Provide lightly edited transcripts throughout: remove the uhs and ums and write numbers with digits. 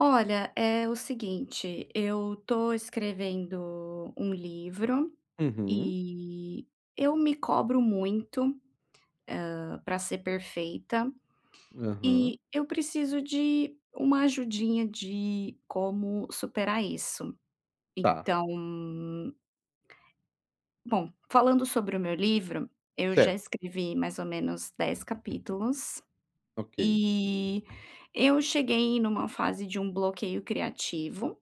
Olha, é o seguinte, eu tô escrevendo um livro Uhum, e eu me cobro muito, para ser perfeita aham. e eu preciso de uma ajudinha de como superar isso. Tá, Então, bom, falando sobre o meu livro, eu já certo, escrevi mais ou menos 10 capítulos ok. e eu cheguei numa fase de um bloqueio criativo.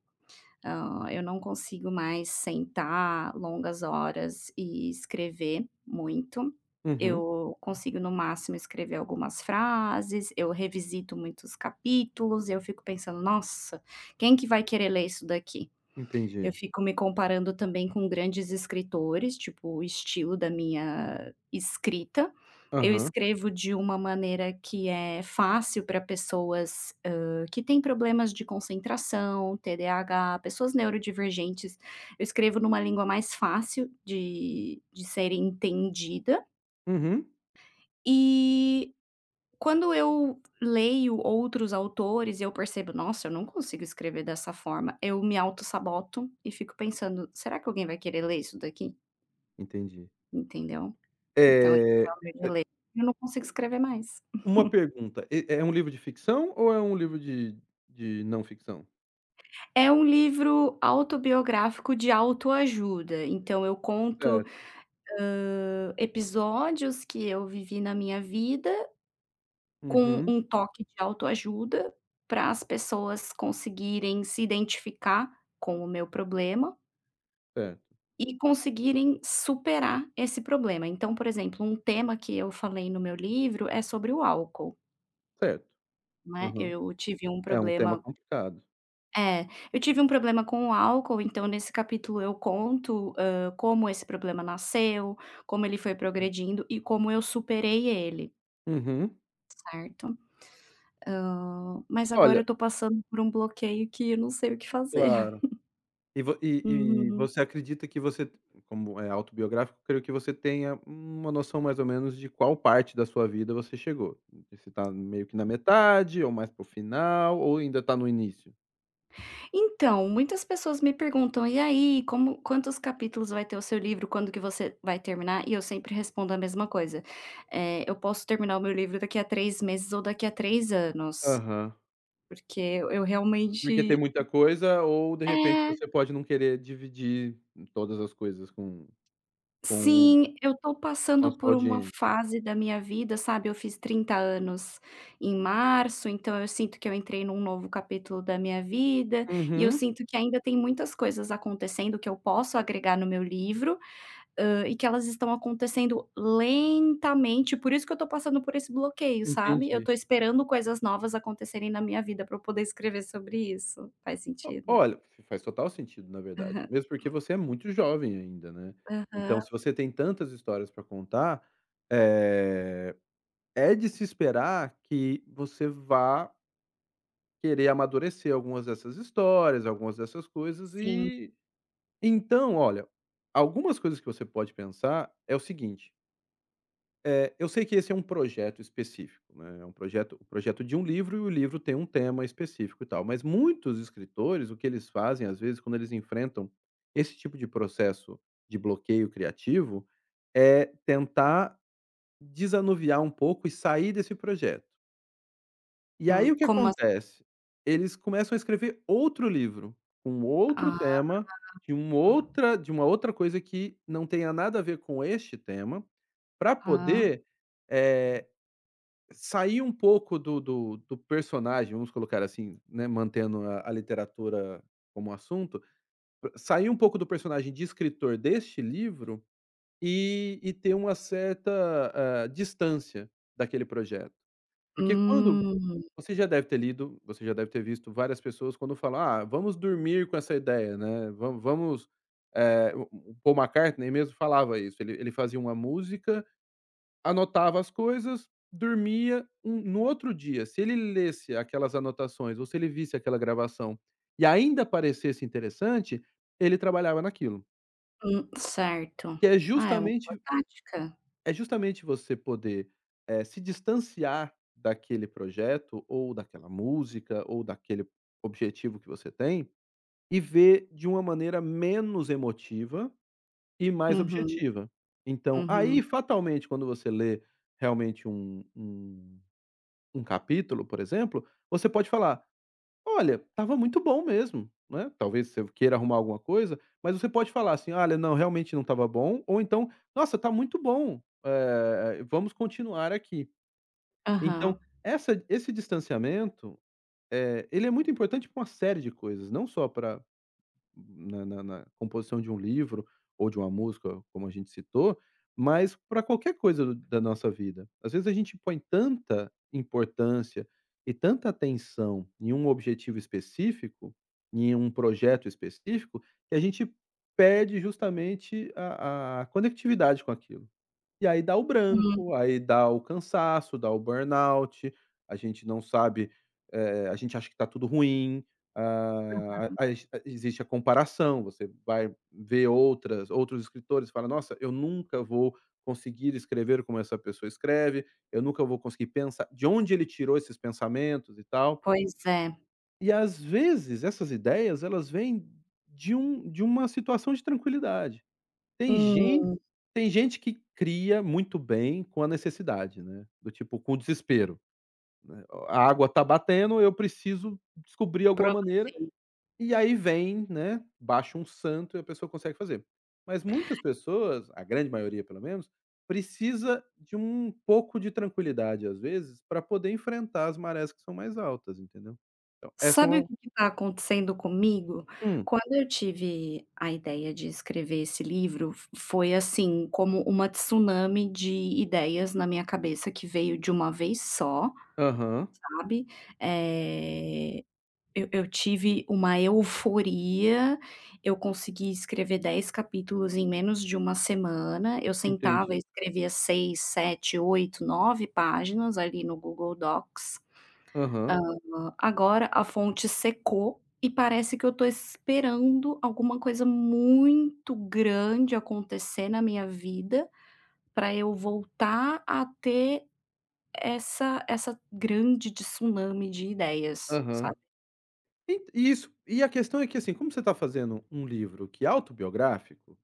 Eu não consigo mais sentar longas horas e escrever muito. Uhum, Eu consigo, no máximo, escrever algumas frases, eu revisito muitos capítulos e eu fico pensando: "Nossa, quem que vai querer ler isso daqui?". Eu entendi. fico me comparando também com grandes escritores, tipo, o estilo da minha escrita. Eu Aham, escrevo de uma maneira que é fácil para pessoas, que têm problemas de concentração, TDAH, pessoas neurodivergentes. Eu escrevo numa língua mais fácil de ser entendida, uhum, e quando eu leio outros autores e eu percebo: "Nossa, eu não consigo escrever dessa forma", eu me autossaboto e fico pensando: "Será que alguém vai querer ler isso daqui?", entendi. entendeu? Então esse É, é o meu eh, dilema, eu não consigo escrever mais. uma pergunta, e é um livro de ficção ou é um livro de não ficção? É um livro autobiográfico de autoajuda, então eu conto, Certo. Episódios que eu vivi na minha vida com Uhum, um toque de autoajuda, para as pessoas conseguirem se identificar com o meu problema certo, e conseguirem superar esse problema. Então, por exemplo, um tema que eu falei no meu livro é sobre o álcool, certo. né, Aham. eu tive um É um tema problema. complicado. É, eu tive um problema com o álcool, então nesse capítulo eu conto, como esse problema nasceu, como ele foi É. progredindo e como eu superei ele, Uhum. certo? Mas agora Olha, eu tô passando por um bloqueio que eu não sei o que fazer. claro. E vo e Uhum. você acredita que você, como é autobiográfico, creio que você tenha uma noção mais ou menos de qual parte da sua vida você chegou. Se tá meio que na metade ou mais para o final ou ainda tá no início? Então, muitas pessoas me perguntam: "E aí, como quantos capítulos vai ter o seu livro? Quando que você vai terminar?". E eu sempre respondo a mesma coisa, eu posso terminar o meu livro daqui a 3 meses ou daqui a 3 anos, Aham. porque eu Porque tem realmente muita coisa ou, de repente, é, você pode não querer dividir todas as coisas com o sim, eu tô com a passando sua por uma audiência. fase da minha vida, sabe, eu fiz 30 anos em março, então eu sinto que eu entrei num novo capítulo da minha vida, e eu Uhum, sinto que ainda tem muitas coisas acontecendo que eu posso agregar no meu livro, e que elas estão acontecendo lentamente, por isso que eu tô passando por esse bloqueio, sabe. Eu entendi. tô esperando coisas novas acontecerem na minha vida pra eu poder escrever sobre isso. Faz O sentido? olha, faz total sentido, na verdade, Aham. mesmo porque você é muito jovem ainda, né. Então, Aham. se você tem tantas histórias pra contar, eh, é de se esperar que você vá querer amadurecer algumas dessas histórias, algumas dessas coisas. Sim. E então, olha, algumas coisas que você pode pensar é o seguinte. É, eu sei que esse é um projeto específico, né, é um projeto o projeto de um livro, e o livro tem um tema específico e tal, mas muitos escritores, o que eles fazem, às vezes, quando eles enfrentam esse tipo de processo de bloqueio criativo, é tentar desanuviar um pouco e sair desse projeto. E aí o que Como ass acontece? Eles começam a escrever outro livro, com outro ah, tema, de uma outra coisa que não tenha nada a ver com este tema, para aham. poder, eh Sair um pouco do personagem, vamos colocar assim, né, mantendo a literatura como assunto, sair um pouco do personagem de escritor deste livro e ter uma certa, distância daquele projeto. Porque quando Hum. você já deve ter lido, você já deve ter visto várias pessoas quando falam: "Ah, vamos dormir com essa ideia, né, vamos vamos", o Paul McCartney mesmo falava isso, ele fazia uma música. Anotava as coisas, dormia, no outro dia, se ele lesse aquelas anotações ou se ele visse aquela gravação e ainda parecesse interessante, ele trabalhava naquilo. Certo. Que Ah, é uma boa tática. é justamente você poder, se distanciar daquele projeto ou daquela música ou daquele objetivo que você tem, e ver de uma maneira menos emotiva e mais Uhum, objetiva. Então, uhum. aí fatalmente quando você lê realmente um capítulo, por exemplo, você pode falar: "Olha, estava muito bom mesmo", né, talvez você queira arrumar alguma coisa, mas você pode falar assim: "Olha, não, realmente não estava bom", ou então: "Nossa, está muito bom, vamos continuar aqui". Então, Aham. essa esse distanciamento, ele é muito importante para uma série de coisas, não só para na na na composição de um livro ou de uma música, como a gente citou, mas para qualquer coisa da nossa vida. Às vezes a gente põe tanta importância e tanta atenção em um objetivo específico, em um projeto específico, que a gente perde justamente a conectividade com aquilo. E aí dá o Hum, branco, aí dá o cansaço, dá o burnout, a gente não sabe, a gente acha que está tudo ruim. Ah, a ex existe a comparação, você vai ver outras outros escritores e fala: "Nossa, eu nunca vou conseguir escrever como essa pessoa escreve, eu nunca vou conseguir pensar de onde ele tirou esses pensamentos e tal". pois é. E às vezes essas ideias elas vêm de uma situação de tranquilidade. Tem gente Hum, Tem gente que cria muito bem com a necessidade, né, do tipo, com o desespero, né, a água tá batendo, eu preciso descobrir alguma maneira, produzir. e aí vem, né, baixa um santo e a pessoa consegue fazer. Mas muitas pessoas, a grande maioria pelo menos, precisa de um pouco de tranquilidade, às vezes, para poder enfrentar as marés que são mais altas, entendeu. Então essa é Sabe o uma. que está acontecendo comigo? Hum, Quando eu tive a ideia de escrever esse livro, f foi assim, como uma tsunami de ideias na minha cabeça que veio de uma vez só, aham, sabe. Eh, eu tive uma euforia, eu consegui escrever 10 capítulos em menos de uma semana, eu sentava e entendi. escrevia 6, 7, 8, 9 páginas ali no Google Docs. Aham, Agora a fonte secou e parece que eu tô esperando alguma coisa muito grande acontecer na minha vida para eu voltar a ter essa grande tsunami de ideias, aham. sabe. E isso. E a questão é que, assim, como você está fazendo um livro que é autobiográfico,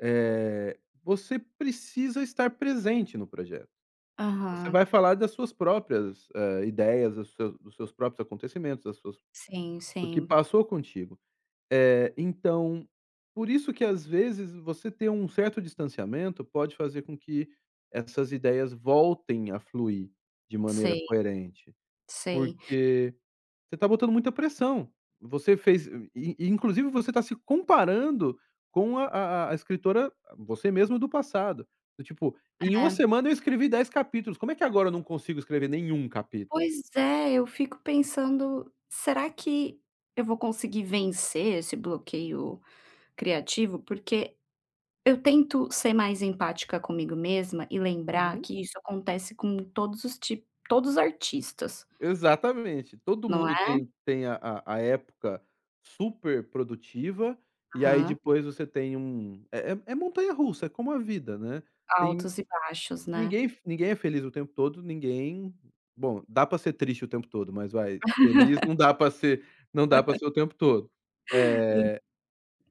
você precisa estar presente no projeto. Você vai Aham. falar das suas próprias, ideias, dos seus próprios acontecimentos, das suas Sim, do que sim. passou contigo. Então, por isso que às vezes você ter um certo distanciamento pode fazer com que essas ideias voltem a fluir de maneira Sei, coerente, sei. porque você está botando muita pressão. Você fez e inclusive você está se comparando com a escritora, você mesmo do passado. Do tipo: "Em uma É. semana eu escrevi 10 capítulos, como é que agora eu não consigo escrever nenhum capítulo?". Pois é, eu fico pensando: "Será que eu vou conseguir vencer esse bloqueio criativo?". Porque eu tento ser mais empática comigo mesma e lembrar Uhum. que isso acontece com todos os tipos, todos os artistas, Exatamente. Todo não mundo é? tem a época super produtiva, e aí Aham. depois você tem um montanha russa, é montanha-russa, é como a vida, né. Tem Altos e baixos, né? Ninguém ninguém é feliz o tempo todo, ninguém, bom, dá pra ser triste o tempo todo, mas vai, feliz não dá para ser o tempo todo. Eh,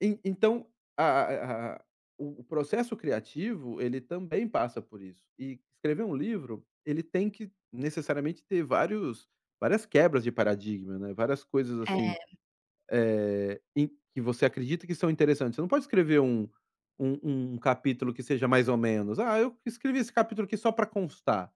en então a o processo criativo, ele também passa por isso. E escrever um livro, ele tem que necessariamente ter vários várias quebras de paradigma, né, várias coisas assim, em que você acredita que são interessantes. Você não pode escrever um capítulo que seja mais ou menos: "Ah, eu escrevi esse capítulo aqui só para constar".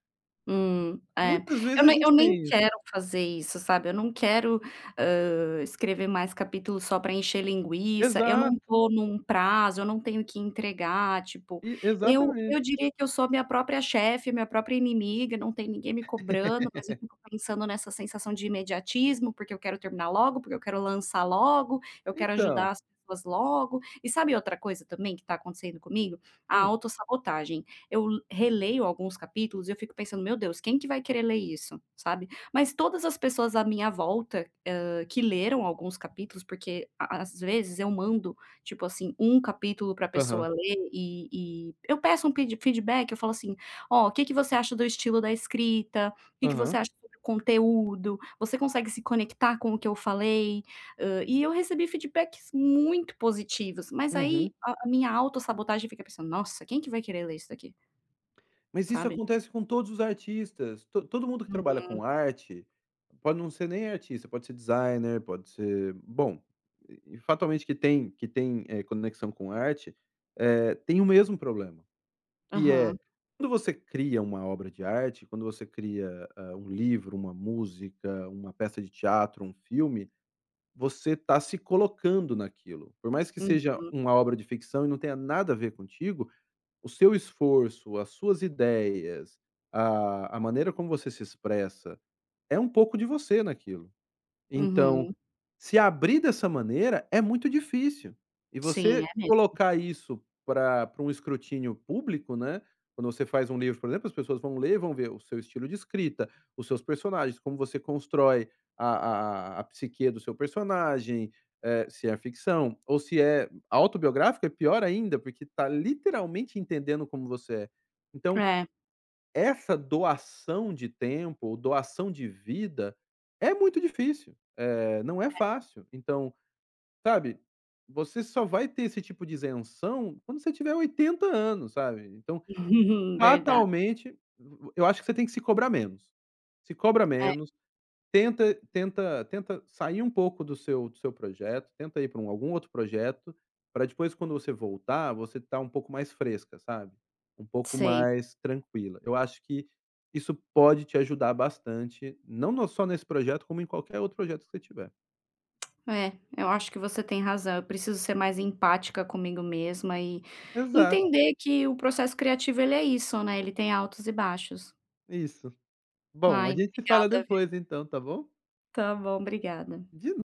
É. Muitas vezes Eu a nem gente eu nem tem isso. quero fazer isso, sabe, eu não quero, escrever mais capítulos só para encher linguiça, eu não Exato, tô num prazo, eu não tenho que entregar, tipo, e eu exatamente. diria que eu sou minha própria chefe, minha própria inimiga, não tem ninguém me cobrando, mas eu fico pensando nessa sensação de imediatismo, porque eu quero terminar logo, porque eu quero lançar logo, eu quero Então, ajudar as pessoas logo. E sabe outra coisa também que está acontecendo comigo? A hum. autossabotagem. Eu releio alguns capítulos e eu fico pensando: "Meu Deus, quem que vai querer ler isso?", sabe. Mas todas as pessoas à minha volta, que leram alguns capítulos, porque a às vezes eu mando, tipo assim, um capítulo pra Aham, pessoa ler e eu peço um pedi feedback, eu falo assim: "Ó, o que que você acha do estilo da escrita? O que que você aham, acha sobre o conteúdo? Você consegue se conectar com o que eu falei?". E eu recebi feedbacks muito positivos, mas uhum. aí a minha autossabotagem fica pensando: "Nossa, quem que vai querer ler isso daqui?". Mas isso Sabe? acontece com todos os artistas, to todo mundo que trabalha com Uhum, arte, pode não ser nem artista, pode ser designer, pode ser, bom, e fatalmente que tem, conexão com arte, tem o mesmo problema, que é, aham, quando você cria uma obra de arte, quando você cria, um livro, uma música, uma peça de teatro, um filme. Você está se colocando naquilo. Por mais que seja uhum, uma obra de ficção e não tenha nada a ver contigo, o seu esforço, as suas ideias, a maneira como você se expressa, é um pouco de você naquilo. Então, uhum. se abrir dessa maneira é muito difícil. E Sim, é você mesmo. colocar isso para pra um escrutínio público, né, quando você faz um livro, por exemplo, as pessoas vão ler, vão ver o seu estilo de escrita, os seus personagens, como você constrói a psique do seu personagem, se é ficção ou se é autobiográfico, é pior ainda, porque está literalmente entendendo como você é. Então É, essa doação de tempo ou doação de vida é muito difícil, não é fácil. Então, sabe, você só vai ter esse tipo de isenção quando você tiver 80 anos, sabe. Então, verdade. fatalmente, eu acho que você tem que se cobrar menos. Se cobra É, menos. Tenta sair um pouco do seu projeto, tenta ir para algum outro projeto, para depois quando você voltar, você tá um pouco mais fresca, sabe, um pouco sei. mais tranquila. Eu acho que isso pode te ajudar bastante, não no só nesse projeto, como em qualquer outro projeto que você tiver. É, eu acho que você tem razão, eu preciso ser mais empática comigo mesma e Exato, entender que o processo criativo ele é isso, né, ele tem altos e baixos. isso. Bom, Ai, a gente se fala obrigada, depois viu. então, tá bom? Tá bom, obrigada. De